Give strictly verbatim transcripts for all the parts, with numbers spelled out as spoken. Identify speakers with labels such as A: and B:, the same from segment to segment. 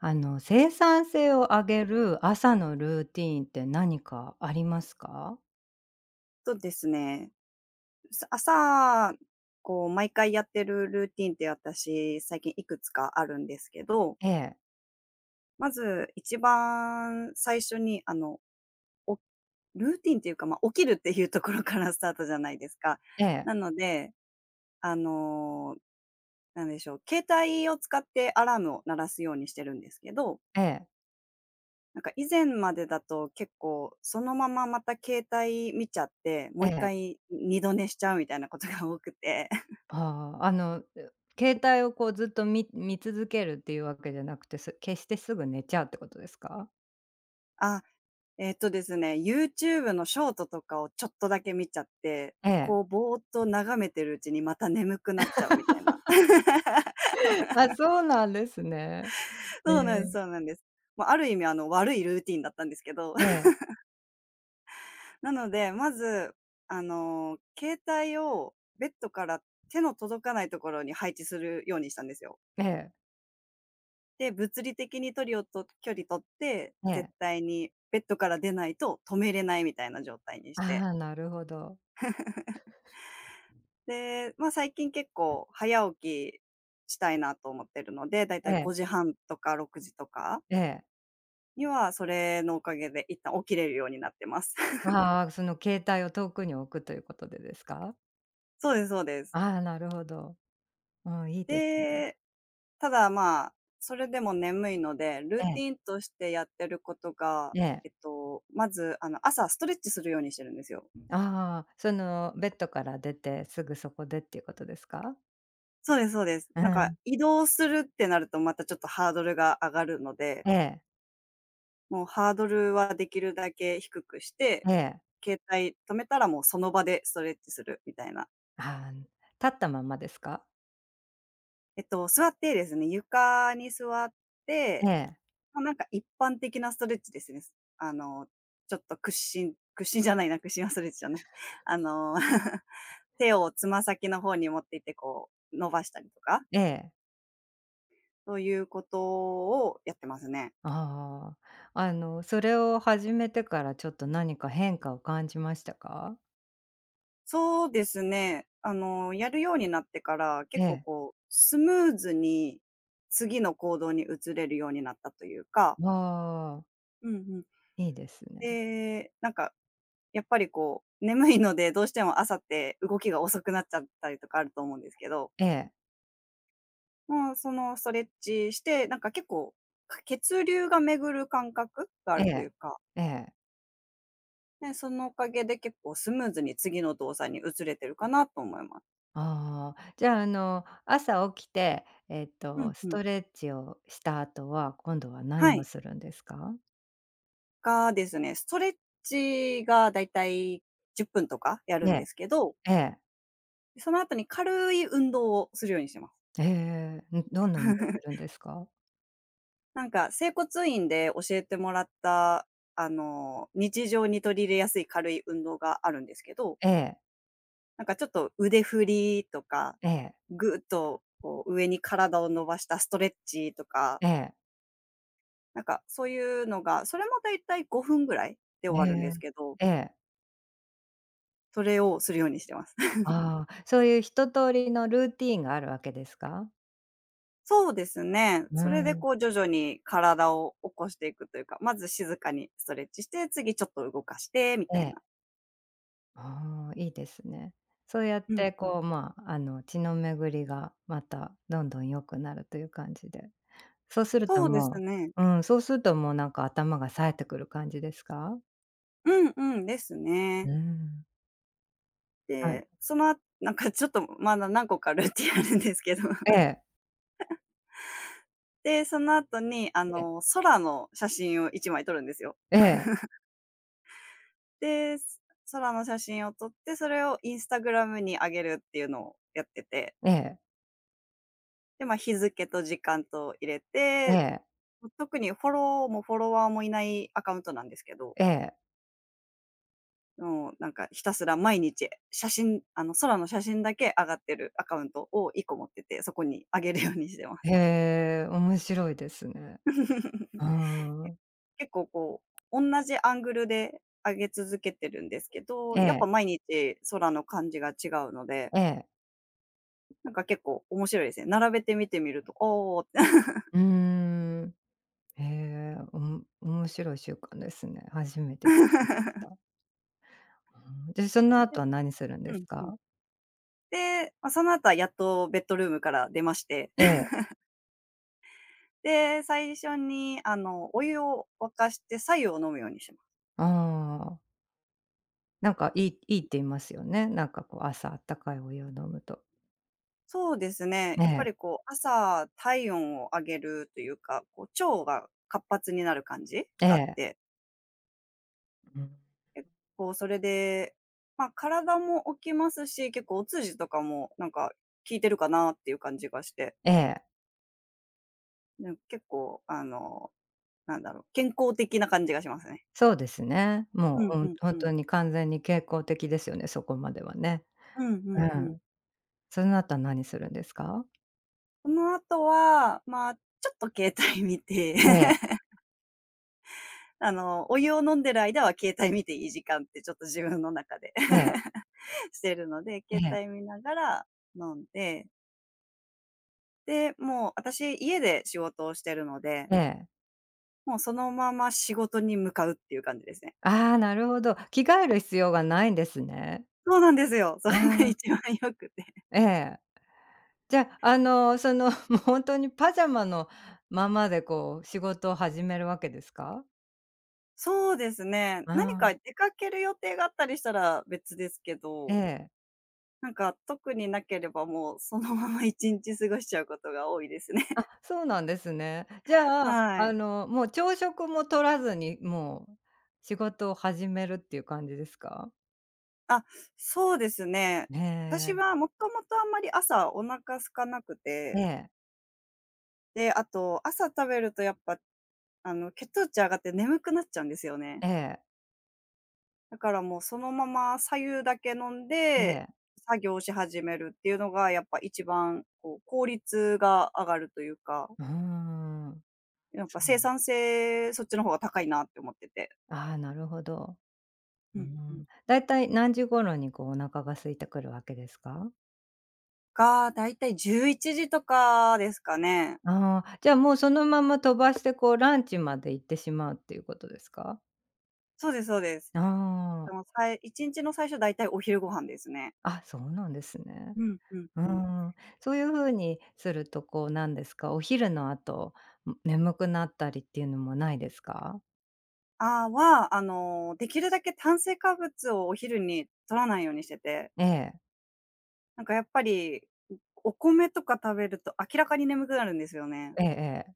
A: あの、生産性を上げる朝のルーティーンって何かありますか？
B: とですね、さ朝、こう毎回やってるルーティンって私、最近いくつかあるんですけど、
A: ええ、
B: まず一番最初に、あの、おルーティンっていうか、まあ、起きるっていうところからスタートじゃないですか。
A: え
B: な
A: え、
B: ので、あの、なんでしょう、携帯を使ってアラームを鳴らすようにしてるんですけど、
A: ええ、
B: なんか以前までだと結構そのまままた携帯見ちゃって、も
A: え
B: う一
A: え。
B: 回二度寝しちゃうみたいなことが多くて、
A: ああ、あの、う携帯をこうずっと見見続けるっていうわけじゃなくて、す決してすぐ寝ちゃうってことですか？
B: あえっとですね、YouTube のショートとかをちょっとだけ見ちゃって、
A: ええ。
B: こうぼーっと眺めてるうちにまた眠くなっちゃうみたいな。
A: あ、そうなんですね。え
B: そうなんです、
A: え、
B: そうなんです。まあ、ある意味あの、悪いルーティンだったんですけど、
A: ええ、
B: なので、まず、あの、携帯をベッドから手の届かないところに配置するようにしたんですよ。
A: ええ、
B: で、物理的に距りをと距離取って、
A: え
B: 絶
A: え。
B: 対にベッドから出ないと止めれないみたいな状態にして。
A: ああ、なるほど。
B: で、ま、最近結構早起きしたいなと思ってるので、だいた
A: え
B: い
A: え、
B: ごじはんとかろくじとか
A: ええ。
B: には、それのおかげで一旦起きれるようになってます。
A: ああ、その携帯を遠くに置くということでですか？
B: そうです、そうです。
A: ああ、なるほど。うん、いいですね。
B: で、ただ、まあ、それでも眠いので、ルー
A: え
B: テ
A: え、
B: ィンとしてやってることが、
A: ええ。
B: えっと、まず、あの、朝ストレッチするようにしてるんですよ。
A: ああ、その、ベッドから出て、すぐそこでっていうことですか？
B: そうです、そうです。
A: う
B: なんか
A: ん。
B: 移動するってなると、またちょっとハードルが上がるので、
A: ええ、
B: もうハードルはできるだけ低くして、
A: ええ。
B: 携帯止めたらもうその場でストレッチするみたいな。
A: ああ、立ったまんまですか？
B: えっと、座ってですね、床に座っ
A: え
B: て、
A: え、
B: ま、なんか一般的なストレッチですね。あの、ちょっと屈伸、屈伸じゃないな、屈伸はストレッチじゃない。あの、手をつま先の方に持っていってこう伸ばしたりとか、
A: ええ。
B: そういうことをやってますね。
A: ああ。あの、それを始めてからちょっと何か変化を感じましたか？
B: そうですね。あの、やるようになってから、
A: え
B: 結構
A: え。
B: こう、スムーズに次の行動に移れるようになったというか。
A: ああ、
B: うんうん。
A: いいですね。
B: で、なんか、やっぱりこう、眠いので、どうしても朝って動きが遅くなっちゃったりとかあると思うんですけど、
A: ええ、
B: もうそのストレッチして、なんか結構、か血流が巡る感覚があ
A: え
B: るという
A: え、
B: か、
A: ええ。
B: ね、そのおかげで結構スムーズに次の動作に移れてるかなと思います。
A: ああ、じゃあ、あの、朝起きて、えっ
B: うん
A: と、
B: う
A: ス
B: ん。
A: トレッチをした後は、今度は
B: は
A: 何を
B: い。
A: するんですか？
B: がですね、ストレッチがだいたいじゅっぷんとかやる
A: え
B: ん
A: え、
B: ですけど、
A: ええ。
B: その後に軽い運動をするようにしてます。
A: ええ、ん、どんな運動するん ですか？
B: なんか整骨院で教えてもらった、あの、日常に取り入れやすい軽い運動があるんですけど、
A: ええ、
B: なんかちょっと腕振りとか、
A: ええ、
B: ぐーっとこう上に体を伸ばしたストレッチとか、
A: ええ、
B: なんかそういうのが、それもだいたいごふんぐらいで終
A: え
B: わるんです
A: え、
B: けど、
A: ええ。
B: それをするようにしてます。
A: ああ、そういう一通りのルーティンがあるわけですか？
B: そうですね。
A: う
B: それで
A: ん、
B: こう徐々に体を起こしていくというか、まず静かにストレッチして、次ちょっと動かしてみ
A: え
B: たい
A: え。
B: な。
A: ああ、いいですね。そうやっ
B: うん
A: て
B: うん。
A: こう、まあ、あの、血の巡りがまたどんどん良くなるという感じで。そうする
B: そ
A: と
B: うです
A: も
B: ね。
A: う、うん、そうするともうなんか頭が冴えてくる感じですか？
B: うんうん、です
A: う
B: ね。
A: ん。あ、
B: で、そのあ なんかちょっとまだ何個かルーティンあるんですけど。
A: え え、
B: で、その後にあ
A: ええ、
B: の、空の写真をいちまい撮るんですよ。
A: ええ、
B: で、空の写真を撮って、それをインスタグラムに上げるっていうのをやってて、
A: ええ、
B: で、ま、日付と時間と入れ
A: え
B: て、
A: え、
B: 特にフォローもフォロワーもいないアカウントなんですけど、
A: ええ。
B: もうなんかひたすら毎日写真、あの空の写真だけ上がってるアカウントをいっこ持ってて、そこに上げるようにしてます。
A: へえ、面白いですね。う ーん。
B: 結構こう、同じアングルで上げ続けてるんですけど、
A: え
B: やっぱ
A: え、
B: 毎日空の感じが違うので、
A: ええ。
B: なんか結構面白いですね。並べて見てみると、おおって。
A: うーん。へえ、おも面白い習慣ですね。初めて聞きました。う ん。で、その
B: で、
A: 後は何するんで
B: う
A: す
B: んうん。
A: か？
B: で、ま、その後はやっとベッドルームから出まして、
A: ええ、
B: で、最初に、あの、お湯を沸かして白湯を飲むようにします。
A: ああ。なんか、いいいいって言いますよね。なんか、こう、朝あったかいお湯を飲むと。
B: そうですね、
A: え
B: やっぱり
A: え、
B: こう、朝体温を上げるというか、こう、腸が活発になる感じ
A: え
B: があっ
A: え。
B: て、
A: うん。
B: 結構それで、ま、体も起きますし、結構お通じとかも、なんか、効いてるかなっていう感じがして、
A: ええ、
B: なん結構、あの、なんだろう、健康的な感じがしますね。
A: そうですね。
B: う
A: も
B: ん
A: う、う
B: う
A: ん、
B: ん
A: ほん
B: うん。
A: とに完全に健康的ですよね、そこまではね。
B: うんう
A: う
B: んうん。
A: ん。その後は何するんですか？
B: その後は、まあ、ちょっと携帯見て、
A: ええ、
B: あの、お湯を飲んでる間は携帯見ていい時間ってちょっと自分の中で
A: ええ、
B: してるので、
A: え
B: 携
A: え。
B: 帯見ながら飲んで、で、もう私家で仕事をしてるので、
A: ええ。
B: もうそのまま仕事に向かうっていう感じですね。
A: ああ、なるほど。着替える必要がないんですね。
B: そうなんですよ。そ
A: あ
B: れが
A: あ、
B: 一番良くて。
A: ええ。じゃあ、あの、その、もう本当にパジャマのままで、こう、仕事を始めるわけですか？
B: そうですね。
A: あ
B: 何
A: あ、
B: か出かける予定があったりしたら別ですけ
A: え
B: ど、
A: え。
B: なんか特になければもうそのまま一日過ごしちゃうことが多いですね。
A: あ、そうなんですね。じ ゃあ、
B: はい。
A: あの、もう朝食も取らずに、もう仕事を始めるっていう感じですか？
B: あ、そうですね。
A: ね
B: 私
A: え。
B: はもともとあんまり朝お腹空かなく
A: え
B: て、
A: え。
B: で、あと朝食べるとやっぱ、あの、血糖値上がって眠くなっちゃうんですよね。
A: ええ。
B: だからもうそのまま左右だけ飲ん
A: え
B: で、
A: え。
B: 作業し始めるっていうのがやっぱ一番こう効率が上がるというか、
A: うーん。
B: やっぱ
A: そう。
B: 生産性そっちの方が高いなって思ってて。
A: ああ、なるほど。
B: う
A: う
B: んうん。
A: ん。だいたい何時頃にこうお腹が空いてくるわけですか？
B: が、だいたいじゅういちじとかですかね。
A: ああ、じゃあもうそのまま飛ばしてこうランチまで行ってしまうっていうことですか？
B: そうです、そうです。
A: あ
B: で
A: あ、
B: も、さいいちにちの最初だいたいお昼ご飯ですね。
A: あ、そうなんですね。
B: うん、うん、
A: う
B: うん。
A: ん。そういう風にするとこうなんですか、お昼の後、ん、眠くなったりっていうのもないですか？
B: あ、は、あの、できるだけ炭水化物をお昼に取らないようにしてて、
A: ええ。
B: なんかやっぱり、お米とか食べると明らかに眠くなるんですよね。
A: ええええ。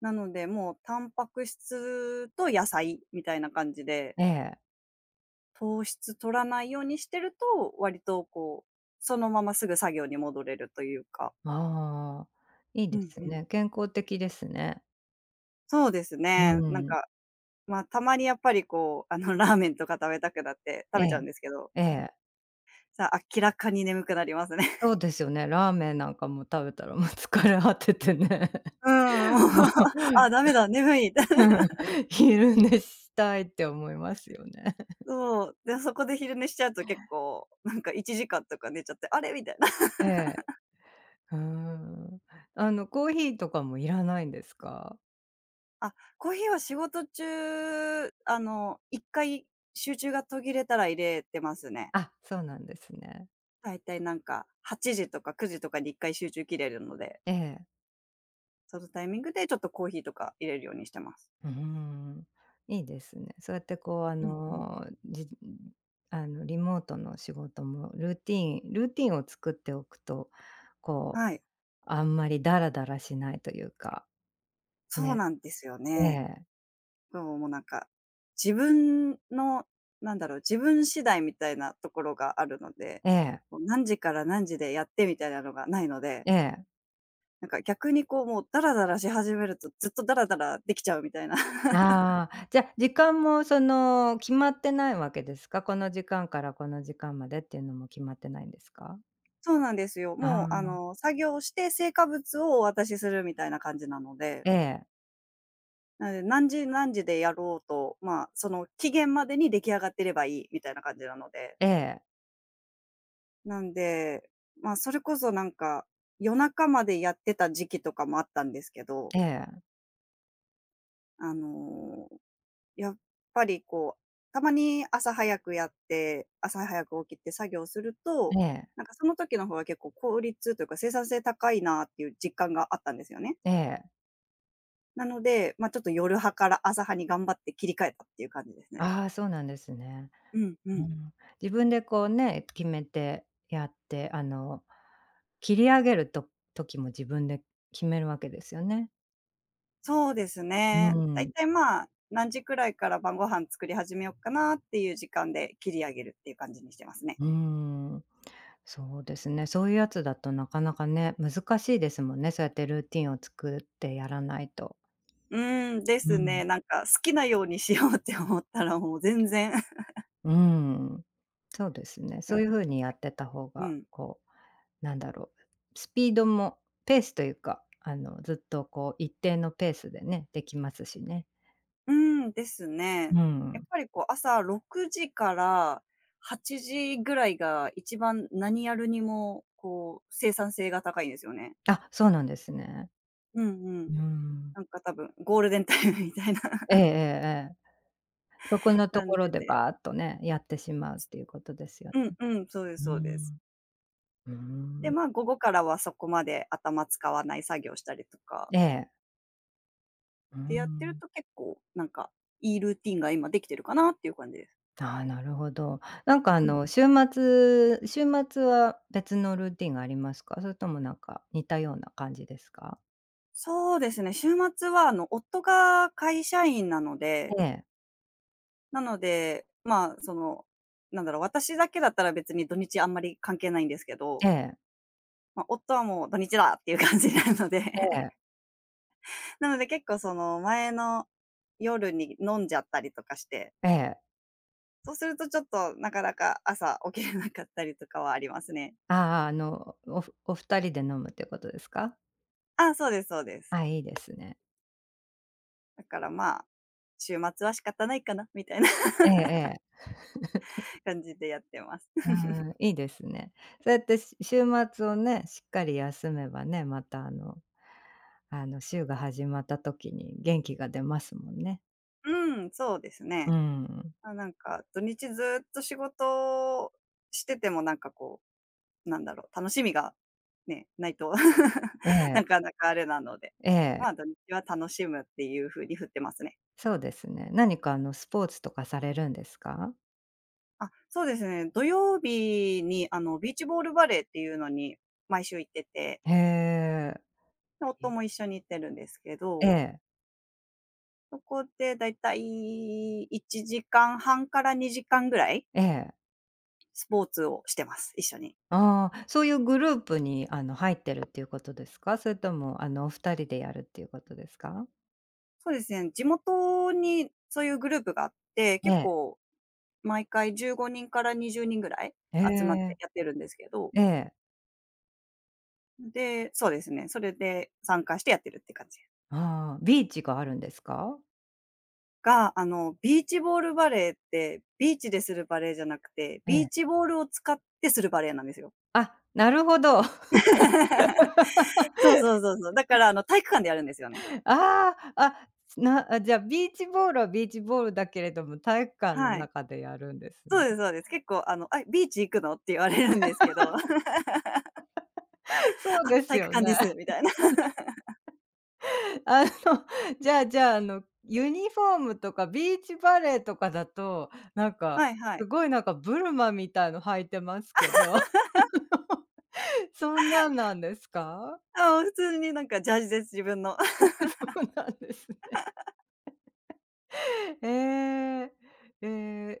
B: なので、もうタンパク質と野菜みたいな感じで、
A: ええ。
B: 糖質取らないようにしてると、割とこう、そのまますぐ作業に戻れるというか。
A: ああ、いい
B: う
A: で
B: ん、
A: す
B: うん。
A: ね。健康的ですね。
B: そうです
A: う
B: ね。なん
A: ん。
B: かまあ、たまにやっぱりこう、あの、ラーメンとか食べたくなって食
A: え
B: べちゃ
A: え、
B: うんですけど、
A: ええ。
B: さあ、明らかに眠くなりますね。
A: そうですよね。ラーメンなんかも食べたらもう疲れ果ててね、
B: うん、も う、
A: もう、
B: あ、ダメだ、眠い。
A: うん、昼寝したいって思いますよね。
B: そう、で、そこで昼寝しちゃうと結構、なんかいちじかんとか寝ちゃって、あれみたいな。
A: ええ、うーん。あの、コーヒーとかもいらないんですか？
B: あ、コーヒーは仕事中、あの、いっかい集中が途切れたら入れてますね。
A: あ、そうなんですね。
B: だいたいなんかはちじとかくじとかにいっかい集中切れるので、
A: ええ。
B: そのタイミングでちょっとコーヒーとか入れるようにしてます。
A: うーん、いいですね。そうやってこう、あ
B: うんうん。
A: の、じあの、リモートの仕事もルーティンルーティンを作っておくと、こう、
B: はい。
A: あんまりダラダラしないというか、
B: そう
A: ね、
B: なんですよ
A: え
B: ね。
A: え、
B: そう、もうなんか、自分の、なんだろう、自分次第みたいなところがあるので、
A: ええ。
B: もう何時から何時でやってみたいなのがないので、
A: ええ。
B: なんか逆にこうもうダラダラし始めるとずっとダラダラできちゃうみたいな。
A: ああ、じゃ、時間もその、決まってないわけですか？この時間からこの時間までっていうのも決まってないんですか？
B: そうなんですよ。
A: あ
B: もうあ
A: あ、
B: の、作業して成果物をお渡しするみたいな感じなので、
A: ええ、
B: なので何時何時でやろうと、まあ、その期限までに出来上がってればいいみたいな感じなので。
A: ええ、
B: なんで、まあ、それこそなんか、夜中までやってた時期とかもあったんですけど、
A: ええ、
B: あの、やっぱりこう、たまに朝早くやって、朝早く起きて作業すると、
A: ええ、
B: なんかその時の方が結構効率というか生産性高いなっていう実感があったんですよね。
A: ええ。
B: なので、まあ、ちょっと夜派から朝派に頑張って切り替えたっていう感じですね。
A: ああ、そうなんですね。
B: うんう
A: う
B: ん。
A: ん。自分でこうね、決めてやって、あの、切り上げると時も自分で決めるわけですよね。
B: そうです
A: う
B: ね。だい
A: ん、
B: たい、まあ、何時くらいから晩ご飯作り始めようかなっていう時間で切り上げるっていう感じにしてますね。
A: うーん。そうですね。そういうやつだとなかなかね、難しいですもんね。そうやってルーティンを作ってやらないと。
B: うーん、です
A: うん。
B: ね。なんか好きなようにしようって思ったらもう全然
A: うん、そうですね。
B: う
A: そうい
B: ん、
A: うふうにやってた方
B: う
A: が、
B: ん。
A: こう、なんだろう、スピードもペースというか、あの、ずっとこう一定のペースでね、できますしね。
B: ーん、ですね。
A: う
B: やっ
A: ん。
B: ぱりこう朝ろくじからはちじぐらいが一番何やるにもこう生産性が高いんですよね。
A: あ、そうなんですね。
B: うんう
A: う
B: ん。
A: ん。
B: なんか多分ゴールデンタイムみたいな
A: えええ えええ。そこのと
B: 感
A: ころ
B: じ
A: で
B: で。
A: バーっとね、やってしまうっていうことですよ
B: うん
A: ね。
B: うん、そうです
A: う
B: そうです。
A: ん。うー
B: で、
A: ん。
B: まあ、午後からはそこまで頭使わない作業したりとか
A: ええ。うー
B: ってやってる
A: ん。
B: と結構なんか、いいルーティンが今できてるかなっていう感じです。
A: ああ、なるほど。なんかあ
B: うん。
A: の、週末週末は別のルーティンがありますか？それともなんか似たような感じですか？
B: そうですね、週末はあの、夫が会社員なので、
A: ええ、
B: なので、まあ、その、なんだろう、私だけだったら別に土日あんまり関係ないんですけど、
A: ええ、
B: まあ、夫はもう土日だっていう感じなので
A: ええ、
B: なので結構その前の夜に飲んじゃったりとかして、
A: ええ。
B: そうするとちょっとなかなか朝起きれなかったりとかはありますね。
A: ああ、あの、おふお二人で飲むってことですか？
B: あ、そうですそうです。
A: あ、いいですね。
B: だからまあ、週末は仕方ないかなみたいな
A: ええええ。
B: 感じでやってます。
A: う ん、いいですね。そうやってし週末をね、しっかり休めばね、またあの、あの、週が始まった時に元気が出ますもんね。
B: うん、そうです
A: う
B: ね。
A: ん。
B: あ、なんか土日ずーっと仕事をしててもなんかこう、なんだろう、楽しみがね、ないと
A: え え、
B: なかなかあれなので、
A: え
B: まあ
A: え。
B: 土日は楽しむっていう風に振ってますね。
A: そうですね。何かあの、スポーツとかされるんですか？
B: あ、そうですね。土曜日にあのビーチボールバレーっていうのに毎週行ってて、
A: へえ。
B: 夫
A: え。
B: も一緒に行ってるんですけ
A: え
B: ど、
A: え、
B: そこでだいたいいちじかんはんからにじかんぐらい、
A: ええ、
B: スポーツをしてます、一緒に。
A: ああ、そういうグループに、あの、入ってるっていうことですか？それとも、あの、お二人でやるっていうことですか？
B: そうですね、地元にそういうグループがあって、
A: え
B: 結
A: え。
B: 構毎回じゅうごにんからにじゅうにんぐらい
A: え
B: 集まって
A: え、
B: やってるんですけど、
A: ええ。
B: で、そうですね、それで参加してやってるって感じ。
A: ああ、ビーチがあるんですか？
B: が、あの、ビーチボールバレーって、ビーチでするバレーじゃなくて、
A: え
B: ビー
A: え。
B: チボールを使ってするバレーなんですよ。
A: あ、なるほど。あ
B: そうそうそうそう。だから、あの、体育館でやるんですよね。
A: あ、あ、なあ、じゃあ、ビーチボールはビーチボールだけれども、体育館の
B: はい。
A: 中でやるんです
B: そう
A: ね。
B: ですそうです。結構、あの、「あ、ビーチ行くの？」って言われるんですけど、「あ、
A: そうです
B: 体育
A: よ
B: 館で
A: ね。
B: す」みたいな。
A: あの、じゃあじゃあ、あの、ユニフォームとかビーチバレーとかだと、なんか、
B: はいはい。
A: すごいなんかブルマみたいの履いてますけど、そんなんなんですか？
B: ああ、普通になんかジャージです、自分の。
A: そうなんですね。ええ。え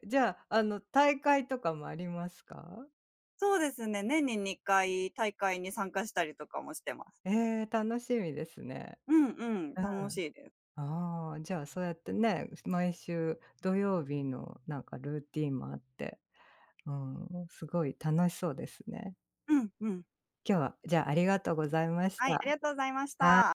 A: え、じゃあ、あの、大会とかもありますか？
B: そうですね、年ににかい大会に参加したりとかもしてます。
A: ええ、楽しみですね。
B: うんう ん、
A: うん。
B: 楽しいです。
A: ああ、じゃあ、そうやってね、毎週土曜日のなんかルーティンもあって、うん、すごい楽しそうですね。
B: うんうん。
A: 今日は、じゃあ、ありがとうございまし
B: はい、あり
A: た。
B: がとうございました。